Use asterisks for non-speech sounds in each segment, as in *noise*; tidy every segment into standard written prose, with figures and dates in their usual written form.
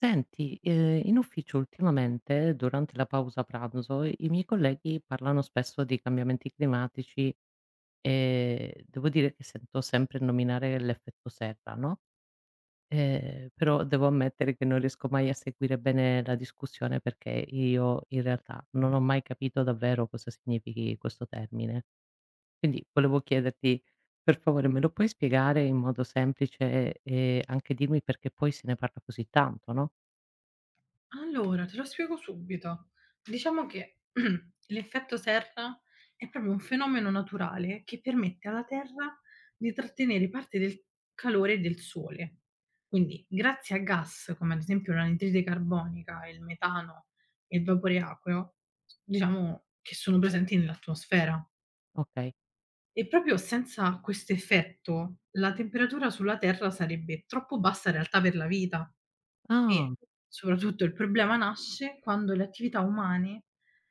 Senti, in ufficio ultimamente, durante la pausa pranzo, i miei colleghi parlano spesso di cambiamenti climatici e devo dire che sento sempre nominare l'effetto serra, no, però devo ammettere che non riesco mai a seguire bene la discussione perché io in realtà non ho mai capito davvero cosa significhi questo termine. Quindi volevo chiederti, per favore, me lo puoi spiegare in modo semplice e anche dirmi perché poi se ne parla così tanto, no? Allora, te lo spiego subito. Diciamo che *clears throat* l'effetto serra è proprio un fenomeno naturale che permette alla Terra di trattenere parte del calore del Sole. Quindi, grazie a gas come ad esempio l'anidride carbonica, il metano e il vapore acqueo, diciamo che sono presenti nell'atmosfera. Okay. E proprio senza questo effetto, la temperatura sulla Terra sarebbe troppo bassa in realtà per la vita. Ah. E soprattutto il problema nasce quando le attività umane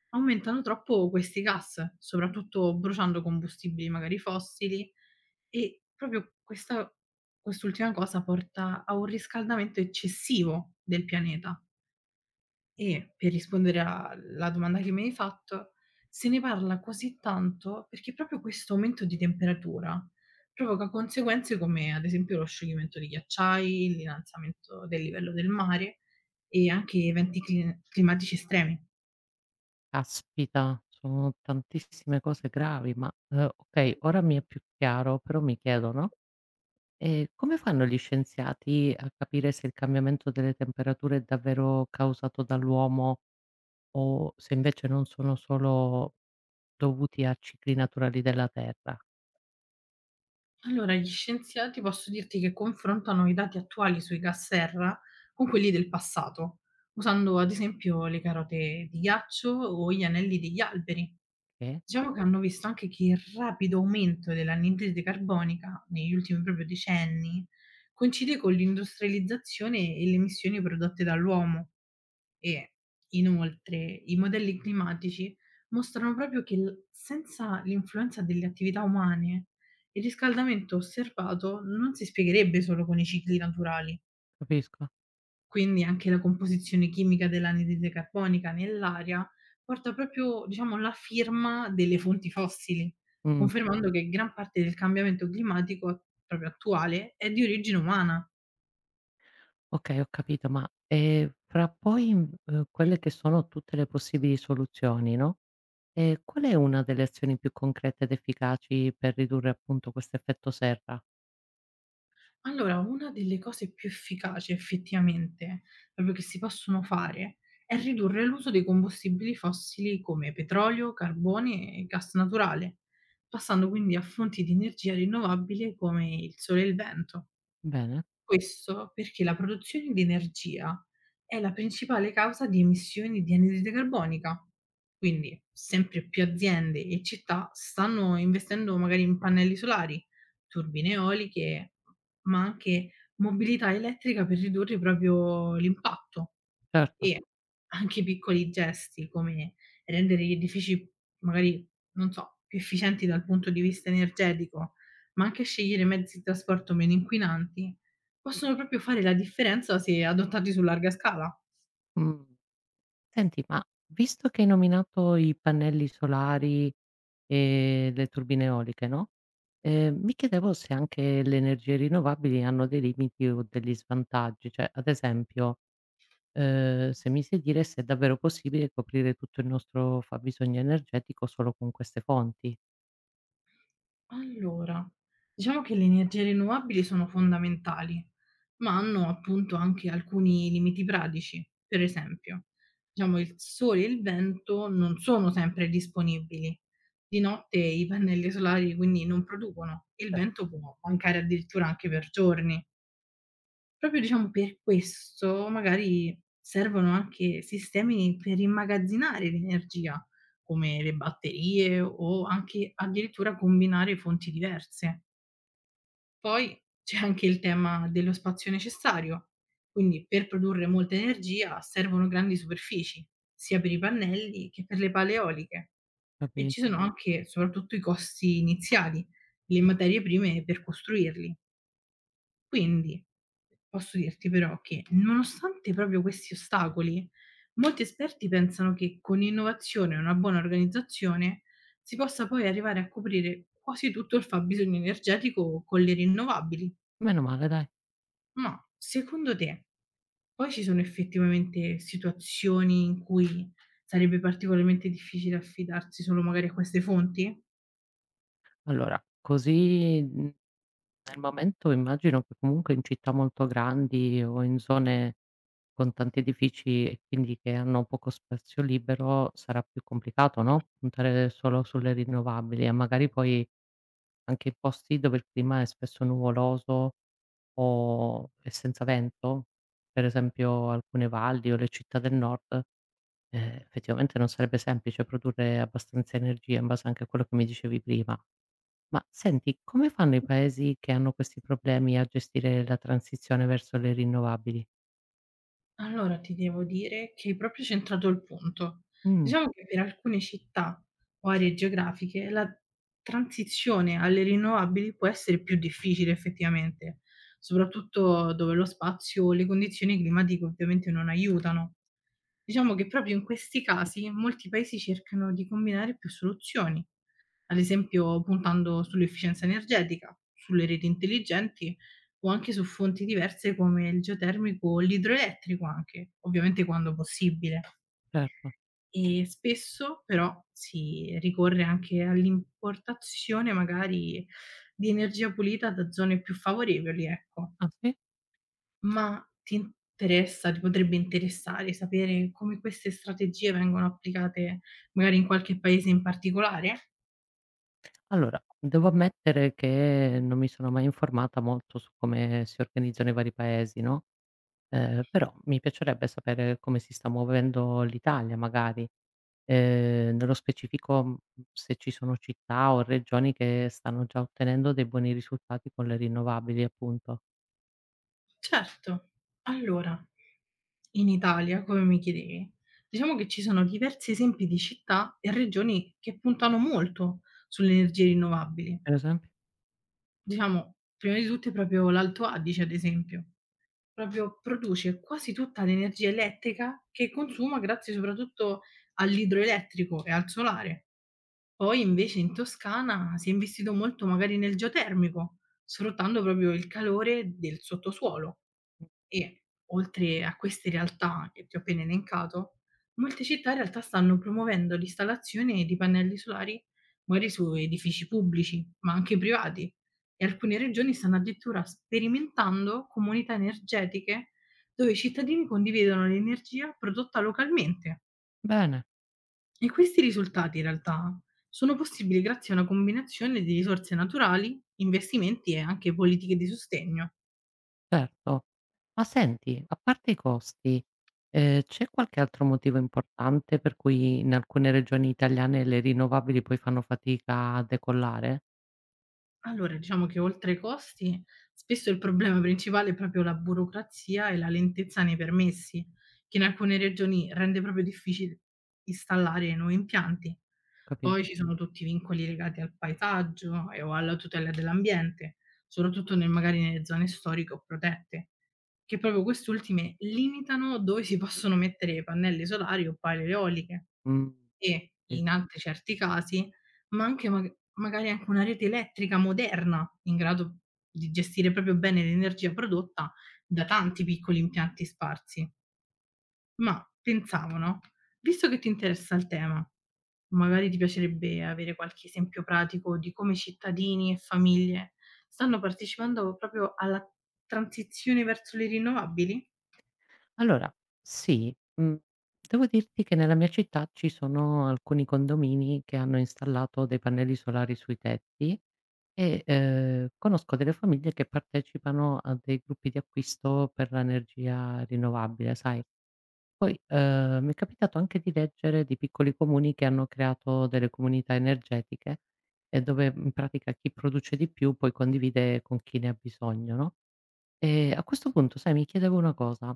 aumentano troppo questi gas, soprattutto bruciando combustibili magari fossili e proprio questa quest'ultima cosa porta a un riscaldamento eccessivo del pianeta. E per rispondere alla domanda che mi hai fatto, se ne parla così tanto perché proprio questo aumento di temperatura provoca conseguenze come ad esempio lo scioglimento di ghiacciai, l'innalzamento del livello del mare e anche eventi climatici estremi. Caspita, sono tantissime cose gravi, ma, okay, ora mi è più chiaro, però mi chiedo, no, come fanno gli scienziati a capire se il cambiamento delle temperature è davvero causato dall'uomo o se invece non sono solo dovuti a cicli naturali della terra? Allora, gli scienziati posso dirti che confrontano i dati attuali sui gas serra con quelli del passato, usando ad esempio le carote di ghiaccio o gli anelli degli alberi. Che? Diciamo che hanno visto anche che il rapido aumento dell'anidride carbonica negli ultimi proprio decenni coincide con l'industrializzazione e le emissioni prodotte dall'uomo. E inoltre i modelli climatici mostrano proprio che l senza l'influenza delle attività umane, il riscaldamento osservato non si spiegherebbe solo con i cicli naturali. Capisco. Quindi anche la composizione chimica dell'anidride carbonica nell'aria porta proprio, diciamo, la firma delle fonti fossili, Mh. confermando che gran parte del cambiamento climatico proprio attuale è di origine umana. Okay, ho capito, ma, fra poi, quelle che sono tutte le possibili soluzioni, no? E qual è una delle azioni più concrete ed efficaci per ridurre appunto questo effetto serra? Allora, una delle cose più efficaci effettivamente, proprio che si possono fare, è ridurre l'uso dei combustibili fossili come petrolio, carbone e gas naturale, passando quindi a fonti di energia rinnovabile come il sole e il vento. Bene. Questo perché la produzione di energia è la principale causa di emissioni di anidride carbonica. Quindi sempre più aziende e città stanno investendo magari in pannelli solari, turbine eoliche, ma anche mobilità elettrica per ridurre proprio l'impatto. Certo. E anche piccoli gesti come rendere gli edifici magari, non so, più efficienti dal punto di vista energetico, ma anche scegliere mezzi di trasporto meno inquinanti possono proprio fare la differenza se adottati su larga scala. Mhmm. Senti, ma visto che hai nominato i pannelli solari e le turbine eoliche, no, mi chiedevo se anche le energie rinnovabili hanno dei limiti o degli svantaggi. Cioè, ad esempio, se mi sai dire se è davvero possibile coprire tutto il nostro fabbisogno energetico solo con queste fonti. Allora, diciamo che le energie rinnovabili sono fondamentali, ma hanno appunto anche alcuni limiti pratici. Per esempio, diciamo il sole e il vento non sono sempre disponibili. Di notte i pannelli solari quindi non producono e il vento può mancare addirittura anche per giorni. Proprio diciamo per questo magari servono anche sistemi per immagazzinare l'energia, come le batterie o anche addirittura combinare fonti diverse. Poi c'è anche il tema dello spazio necessario, quindi per produrre molta energia servono grandi superfici, sia per i pannelli che per le pale eoliche. E Capi. ci sono anche soprattutto i costi iniziali, le materie prime per costruirli. Quindi, posso dirti però che, nonostante proprio questi ostacoli, molti esperti pensano che con innovazione e una buona organizzazione si possa poi arrivare a coprire quasi tutto il fabbisogno energetico con le rinnovabili. Meno male dai. Ma secondo te, poi ci sono effettivamente situazioni in cui sarebbe particolarmente difficile affidarsi solo magari a queste fonti? Allora, così, mhmm. Nel momento immagino che comunque in città molto grandi o in zone con tanti edifici e quindi che hanno poco spazio libero sarà più complicato, no, puntare solo sulle rinnovabili e magari poi anche in posti dove il clima è spesso nuvoloso o e senza vento, per esempio alcune valli o le città del nord, effettivamente non sarebbe semplice produrre abbastanza energia in base anche a quello che mi dicevi prima. Ma senti, come fanno i paesi che hanno questi problemi a gestire la transizione verso le rinnovabili? Allora ti devo dire che hai proprio centrato il punto. Mh. Diciamo che per alcune città o aree geografiche la transizione alle rinnovabili può essere più difficile effettivamente, soprattutto dove lo spazio o le condizioni climatiche ovviamente non aiutano. Diciamo che proprio in questi casi molti paesi cercano di combinare più soluzioni, ad esempio puntando sull'efficienza energetica, sulle reti intelligenti o anche su fonti diverse come il geotermico o l'idroelettrico anche, ovviamente quando possibile. Certo. E spesso però si ricorre anche all'importazione magari di energia pulita da zone più favorevoli, ecco. Ah, sì? Ma ti interessa, ti potrebbe interessare sapere come queste strategie vengono applicate magari in qualche paese in particolare? Allora, devo ammettere che non mi sono mai informata molto su come si organizzano i vari paesi, no, però mi piacerebbe sapere come si sta muovendo l'Italia magari. Nello specifico, mhmm, se ci sono città o regioni che stanno già ottenendo dei buoni risultati con le rinnovabili appunto. Certo. Allora, in Italia, come mi chiedevi, diciamo che ci sono diversi esempi di città e regioni che puntano molto sulle energie rinnovabili. Per esempio. Diciamo, prima di tutte proprio l'Alto Adige, ad esempio, proprio produce quasi tutta l'energia elettrica che consuma grazie soprattutto all'idroelettrico e al solare. Poi invece in Toscana si è investito molto magari nel geotermico, sfruttando proprio il calore del sottosuolo. E oltre a queste realtà che ti ho appena elencato, molte città in realtà stanno promuovendo l'installazione di pannelli solari magari su edifici pubblici, ma anche privati. E alcune regioni stanno addirittura sperimentando comunità energetiche dove i cittadini condividono l'energia prodotta localmente. Bene. E questi risultati in realtà sono possibili grazie a una combinazione di risorse naturali, investimenti e anche politiche di sostegno. Certo. Ma senti, a parte i costi, c'è qualche altro motivo importante per cui in alcune regioni italiane le rinnovabili poi fanno fatica a decollare? Allora, diciamo che oltre ai costi, spesso il problema principale è proprio la burocrazia e la lentezza nei permessi, che in alcune regioni rende proprio difficile installare nuovi impianti. Capis. Poi ci sono tutti i vincoli legati al paesaggio e o alla tutela dell'ambiente, soprattutto magari nelle zone storiche o protette, che proprio queste ultime limitano dove si possono mettere pannelli solari o pale eoliche Mhmm, e sì. in altri certi casi ma anche magari anche una rete elettrica moderna, in grado di gestire proprio bene l'energia prodotta da tanti piccoli impianti sparsi. Ma pensavo, no, visto che ti interessa il tema, magari ti piacerebbe avere qualche esempio pratico di come cittadini e famiglie stanno partecipando proprio alla transizione verso le rinnovabili? Allora sì, mhmm, devo dirti che nella mia città ci sono alcuni condomini che hanno installato dei pannelli solari sui tetti e, conosco delle famiglie che partecipano a dei gruppi di acquisto per l'energia rinnovabile, sai. Poi, mi è capitato anche di leggere di piccoli comuni che hanno creato delle comunità energetiche e dove in pratica chi produce di più poi condivide con chi ne ha bisogno, no, a questo punto sai mi chiedevo una cosa: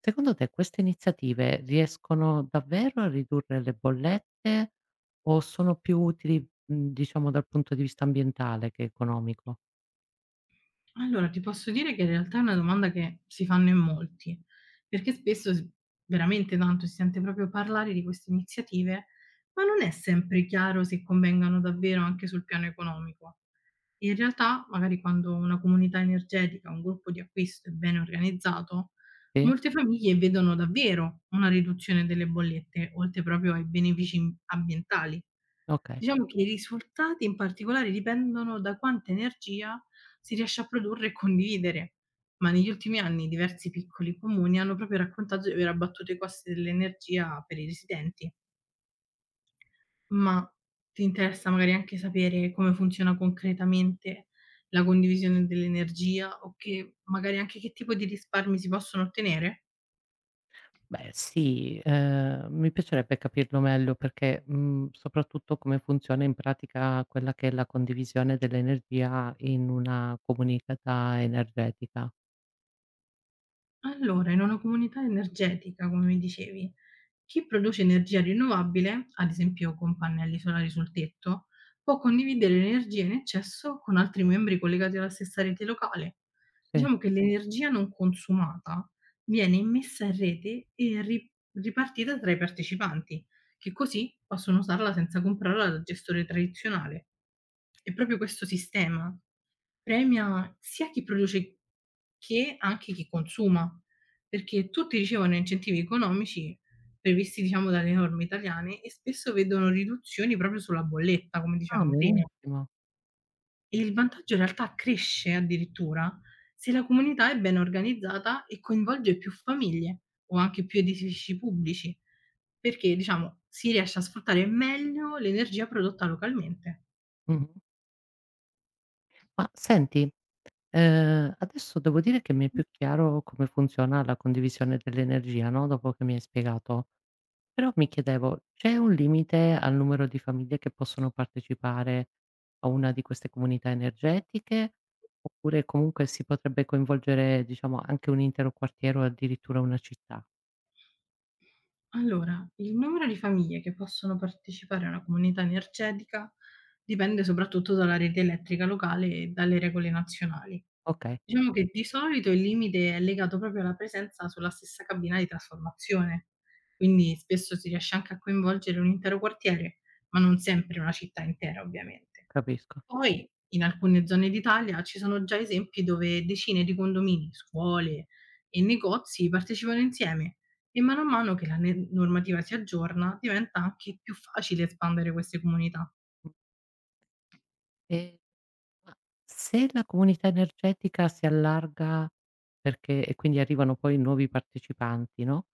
secondo te queste iniziative riescono davvero a ridurre le bollette o sono più utili, mhmm, diciamo dal punto di vista ambientale che economico? Allora, ti posso dire che in realtà è una domanda che si fanno in molti, perché spesso s veramente tanto si sente proprio parlare di queste iniziative, ma non è sempre chiaro se convengano davvero anche sul piano economico. In realtà, magari quando una comunità energetica, un gruppo di acquisto è ben organizzato, Sì? molte famiglie vedono davvero una riduzione delle bollette, oltre proprio ai benefici ambientali. Okay. Diciamo che i risultati in particolare dipendono da quanta energia si riesce a produrre e condividere, ma negli ultimi anni diversi piccoli comuni hanno proprio raccontato di aver abbattuto i costi dell'energia per i residenti. Ma ti interessa magari anche sapere come funziona concretamente la condivisione dell'energia o che magari anche che tipo di risparmi si possono ottenere? Beh sì, mi piacerebbe capirlo meglio perché, mhmm, soprattutto come funziona in pratica quella che è la condivisione dell'energia in una comunità energetica. Allora, in una comunità energetica, come mi dicevi, chi produce energia rinnovabile, ad esempio con pannelli solari sul tetto, può condividere l'energia in eccesso con altri membri collegati alla stessa rete locale. Sì. Diciamo che l'energia non consumata viene immessa in rete e ripartita tra i partecipanti, che così possono usarla senza comprarla dal gestore tradizionale. E proprio questo sistema premia sia chi produce che anche chi consuma, perché tutti ricevono incentivi economici previsti diciamo dalle norme italiane e spesso vedono riduzioni proprio sulla bolletta, come Ah, dicevamo prima. benissimo. E il vantaggio in realtà cresce addirittura se la comunità è ben organizzata e coinvolge più famiglie o anche più edifici pubblici, perché diciamo si riesce a sfruttare meglio l'energia prodotta localmente. Mh-mh. Ma senti, adesso devo dire che mi è più chiaro come funziona la condivisione dell'energia, no, dopo che mi hai spiegato. Però mi chiedevo, c'è un limite al numero di famiglie che possono partecipare a una di queste comunità energetiche? Oppure comunque si potrebbe coinvolgere, diciamo, anche un intero quartiere o addirittura una città? Allora, il numero di famiglie che possono partecipare a una comunità energetica dipende soprattutto dalla rete elettrica locale e dalle regole nazionali. Okay, Diciamo che di solito il limite è legato proprio alla presenza sulla stessa cabina di trasformazione, quindi spesso si riesce anche a coinvolgere un intero quartiere, ma non sempre una città intera, ovviamente. capisco. Poi, in alcune zone d'Italia ci sono già esempi dove decine di condomini, scuole e negozi partecipano insieme e mano a mano che la ne normativa si aggiorna, diventa anche più facile espandere queste comunità. Mh. e ma Se la comunità energetica si allarga perché quindi arrivano poi nuovi partecipanti, no,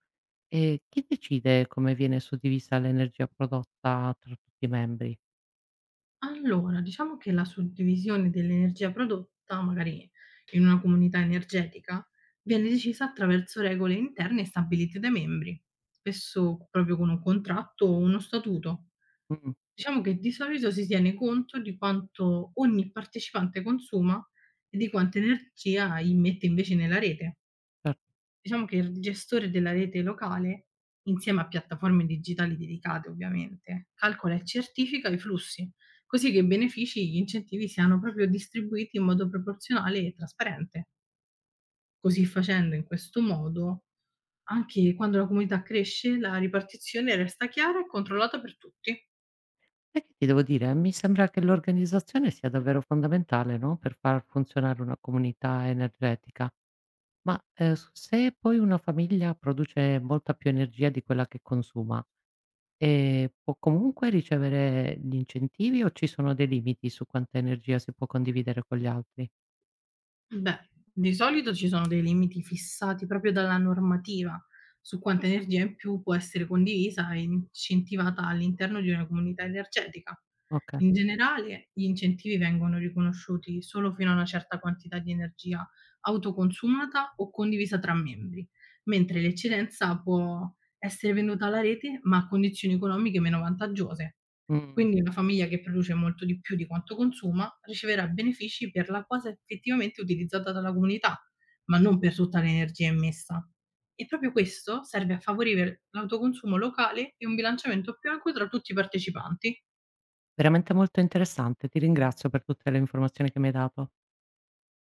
chi decide come viene suddivisa l'energia prodotta tra tutti i membri? Allora, diciamo che la suddivisione dell'energia prodotta, magari in una comunità energetica, viene decisa attraverso regole interne stabilite dai membri, spesso proprio con un contratto o uno statuto. Mh. Diciamo che di solito si tiene conto di quanto ogni partecipante consuma e di quanta energia immette invece nella rete. Cer. Diciamo che il gestore della rete locale, insieme a piattaforme digitali dedicate ovviamente, calcola e certifica i flussi, così che i benefici e gli incentivi siano proprio distribuiti in modo proporzionale e trasparente. Così facendo in questo modo, anche quando la comunità cresce, la ripartizione resta chiara e controllata per tutti. Sai che ti devo dire, mi sembra che l'organizzazione sia davvero fondamentale, no, per far funzionare una comunità energetica, ma se poi una famiglia produce molta più energia di quella che consuma, può comunque ricevere gli incentivi o ci sono dei limiti su quanta energia si può condividere con gli altri? Beh, di solito ci sono dei limiti fissati proprio dalla normativa su quanta energia in più può essere condivisa e incentivata all'interno di una comunità energetica. Ok. In generale, gli incentivi vengono riconosciuti solo fino a una certa quantità di energia autoconsumata o condivisa tra membri, mentre l'eccedenza può essere venduta alla rete ma a condizioni economiche meno vantaggiose. Mm. Quindi una famiglia che produce molto di più di quanto consuma riceverà benefici per la cosa effettivamente utilizzata dalla comunità, ma non per tutta l'energia emessa. E proprio questo serve a favorire l'autoconsumo locale e un bilanciamento più equo tra tutti i partecipanti. Veramente molto interessante, ti ringrazio per tutte le informazioni che mi hai dato.